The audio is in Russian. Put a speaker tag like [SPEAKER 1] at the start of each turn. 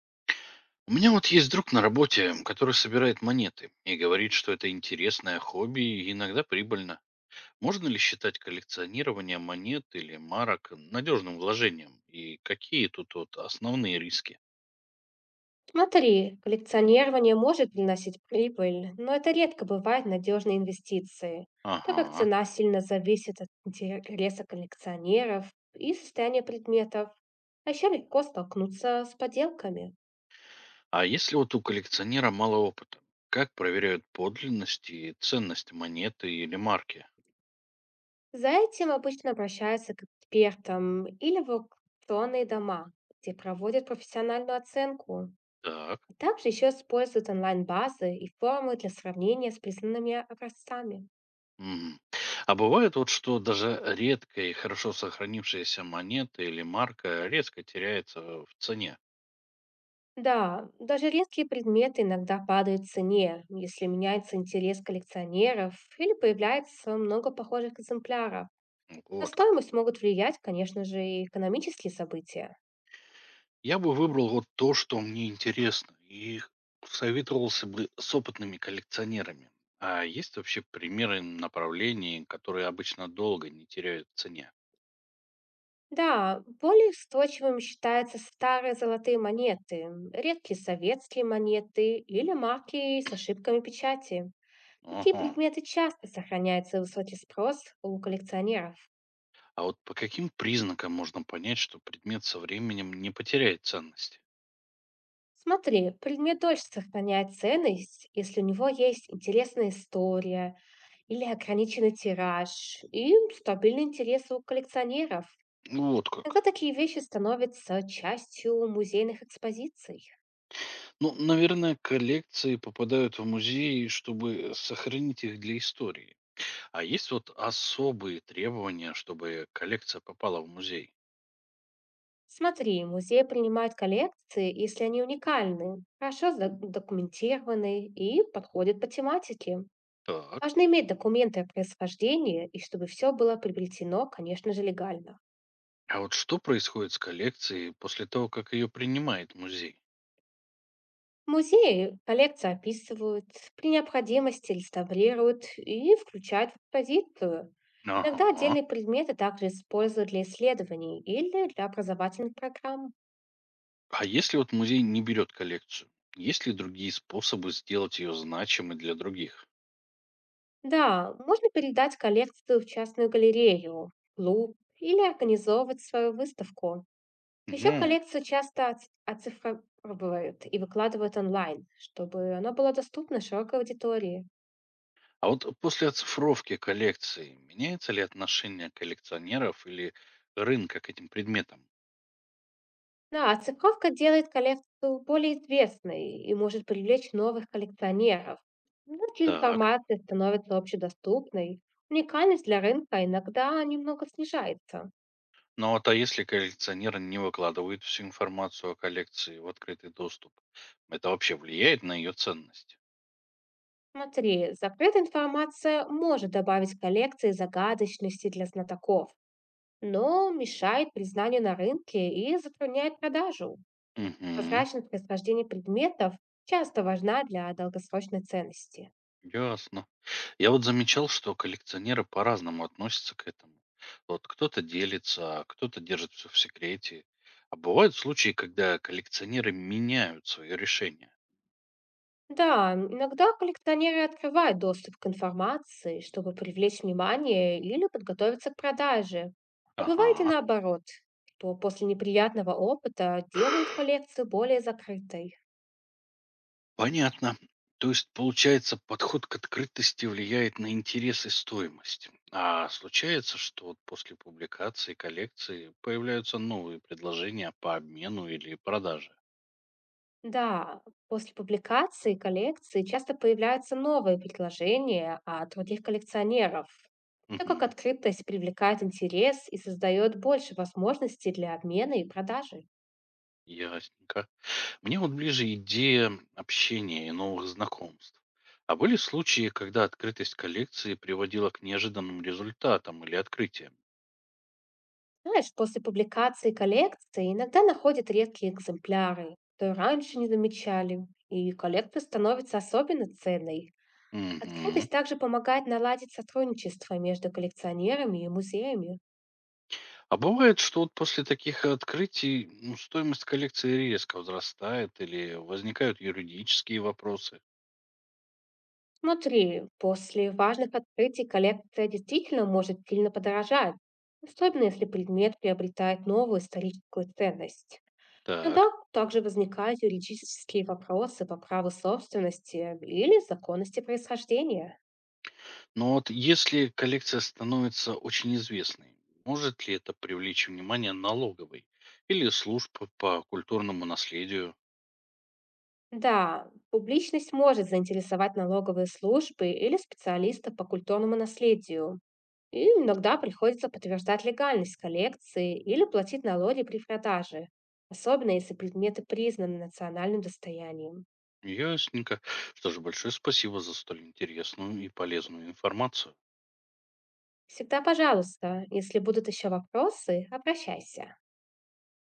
[SPEAKER 1] У меня вот есть друг на работе, который собирает монеты и говорит, что это интересное хобби и иногда прибыльно. Можно ли считать коллекционирование монет или марок надежным вложением? И какие тут вот основные риски?
[SPEAKER 2] Смотри, коллекционирование может приносить прибыль, но это редко бывает надежной инвестицией, так как
[SPEAKER 1] Ага.
[SPEAKER 2] цена сильно зависит от интереса коллекционеров и состояния предметов, а еще легко столкнуться с подделками.
[SPEAKER 1] А если вот у коллекционера мало опыта, как проверяют подлинность и ценность монеты или марки?
[SPEAKER 2] За этим обычно обращаются к экспертам или в аукционные дома, где проводят профессиональную оценку.
[SPEAKER 1] Так.
[SPEAKER 2] Также еще используют онлайн-базы и форумы для сравнения с признанными образцами.
[SPEAKER 1] Мгм. А бывает вот, что даже редкая и хорошо сохранившаяся монета или марка резко теряется в цене.
[SPEAKER 2] Да, даже редкие предметы иногда падают в цене, если меняется интерес коллекционеров или появляется много похожих экземпляров. На
[SPEAKER 1] Вот как.
[SPEAKER 2] стоимость могут влиять, конечно же, и экономические события.
[SPEAKER 1] Я бы выбрал вот то, что мне интересно, и советовался бы с опытными коллекционерами. А есть вообще примеры направлений, которые обычно долго не теряют в цене?
[SPEAKER 2] Да, более устойчивыми считаются старые золотые монеты, редкие советские монеты или марки с ошибками печати. Такие
[SPEAKER 1] Ого.
[SPEAKER 2] предметы часто сохраняются в высоте спрос у коллекционеров.
[SPEAKER 1] А вот по каким признакам можно понять, что предмет со временем не потеряет ценности?
[SPEAKER 2] Смотри, предмет дольше сохраняет ценность, если у него есть интересная история или ограниченный тираж и стабильный интерес у коллекционеров.
[SPEAKER 1] Ну, вот как.
[SPEAKER 2] Тогда такие вещи становятся частью музейных экспозиций.
[SPEAKER 1] Ну, наверное, коллекции попадают в музеи, чтобы сохранить их для истории. А есть вот особые требования, чтобы коллекция попала в музей?
[SPEAKER 2] Смотри, музеи принимают коллекции, если они уникальны, хорошо документированы и подходят по тематике.
[SPEAKER 1] Так.
[SPEAKER 2] Важно иметь документы о происхождении и чтобы все было приобретено, конечно же, легально.
[SPEAKER 1] А вот что происходит с коллекцией после того, как ее принимает музей?
[SPEAKER 2] Музеи коллекции описывают, при необходимости реставрируют и включают в экспозицию. Иногда
[SPEAKER 1] Ага.
[SPEAKER 2] отдельные предметы также используют для исследований или для образовательных программ.
[SPEAKER 1] А если вот музей не берет коллекцию? Есть ли другие способы сделать ее значимой для других?
[SPEAKER 2] Да, можно передать коллекцию в частную галерею, клуб или организовывать свою выставку. Еще
[SPEAKER 1] Ну,
[SPEAKER 2] коллекцию часто оцифровывают и выкладывают онлайн, чтобы она была доступна широкой аудитории.
[SPEAKER 1] а вот после оцифровки коллекции меняется ли отношение коллекционеров или рынка к этим предметам?
[SPEAKER 2] Да, оцифровка делает коллекцию более известной и может привлечь новых коллекционеров. Если
[SPEAKER 1] Так.
[SPEAKER 2] информация становится общедоступной, уникальность для рынка иногда немного снижается.
[SPEAKER 1] Ну вот, а если коллекционер не выкладывает всю информацию о коллекции в открытый доступ, это вообще влияет на ее ценность?
[SPEAKER 2] Смотри, закрытая информация может добавить коллекции загадочности для знатоков, но мешает признанию на рынке и затрудняет продажу.
[SPEAKER 1] Угу,
[SPEAKER 2] Прозрачность происхождения предметов часто важна для долгосрочной ценности.
[SPEAKER 1] ясно. Я вот замечал, что коллекционеры по-разному относятся к этому. Вот кто-то делится, а кто-то держит все в секрете. А бывают случаи, когда коллекционеры меняют свое решение.
[SPEAKER 2] Да, иногда коллекционеры открывают доступ к информации, чтобы привлечь внимание или подготовиться к продаже. А бывает и
[SPEAKER 1] Ага,
[SPEAKER 2] наоборот, что после неприятного опыта делают коллекцию более закрытой.
[SPEAKER 1] понятно. То есть, получается, подход к открытости влияет на интерес и стоимость. А случается, что вот после публикации коллекции появляются новые предложения по обмену или продаже.
[SPEAKER 2] Да, после публикации коллекции часто появляются новые предложения от других коллекционеров, так как
[SPEAKER 1] Угу,
[SPEAKER 2] открытость привлекает интерес и создает больше возможностей для обмена и продажи.
[SPEAKER 1] ясненько. Мне вот ближе идея общения и новых знакомств. А были случаи, когда открытость коллекции приводила к неожиданным результатам или открытиям?
[SPEAKER 2] Знаешь, после публикации коллекции иногда находят редкие экземпляры, что и раньше не замечали, и коллекция становится особенно ценной.
[SPEAKER 1] Мгм.
[SPEAKER 2] Открытость также помогает наладить сотрудничество между коллекционерами и музеями.
[SPEAKER 1] А бывает, что вот после таких открытий, ну, стоимость коллекции резко возрастает или возникают юридические вопросы?
[SPEAKER 2] Смотри, после важных открытий коллекция действительно может сильно подорожать, особенно если предмет приобретает новую историческую ценность.
[SPEAKER 1] Так,
[SPEAKER 2] Иногда также возникают юридические вопросы по праву собственности или законности происхождения.
[SPEAKER 1] но вот если коллекция становится очень известной, может ли это привлечь внимание налоговой или служб по культурному наследию?
[SPEAKER 2] Да, публичность может заинтересовать налоговые службы или специалистов по культурному наследию. И иногда приходится подтверждать легальность коллекции или платить налоги при продаже, особенно если предметы признаны национальным достоянием.
[SPEAKER 1] Ясненько. Что же, большое спасибо за столь интересную и полезную информацию.
[SPEAKER 2] Всегда пожалуйста, если будут еще вопросы, обращайся.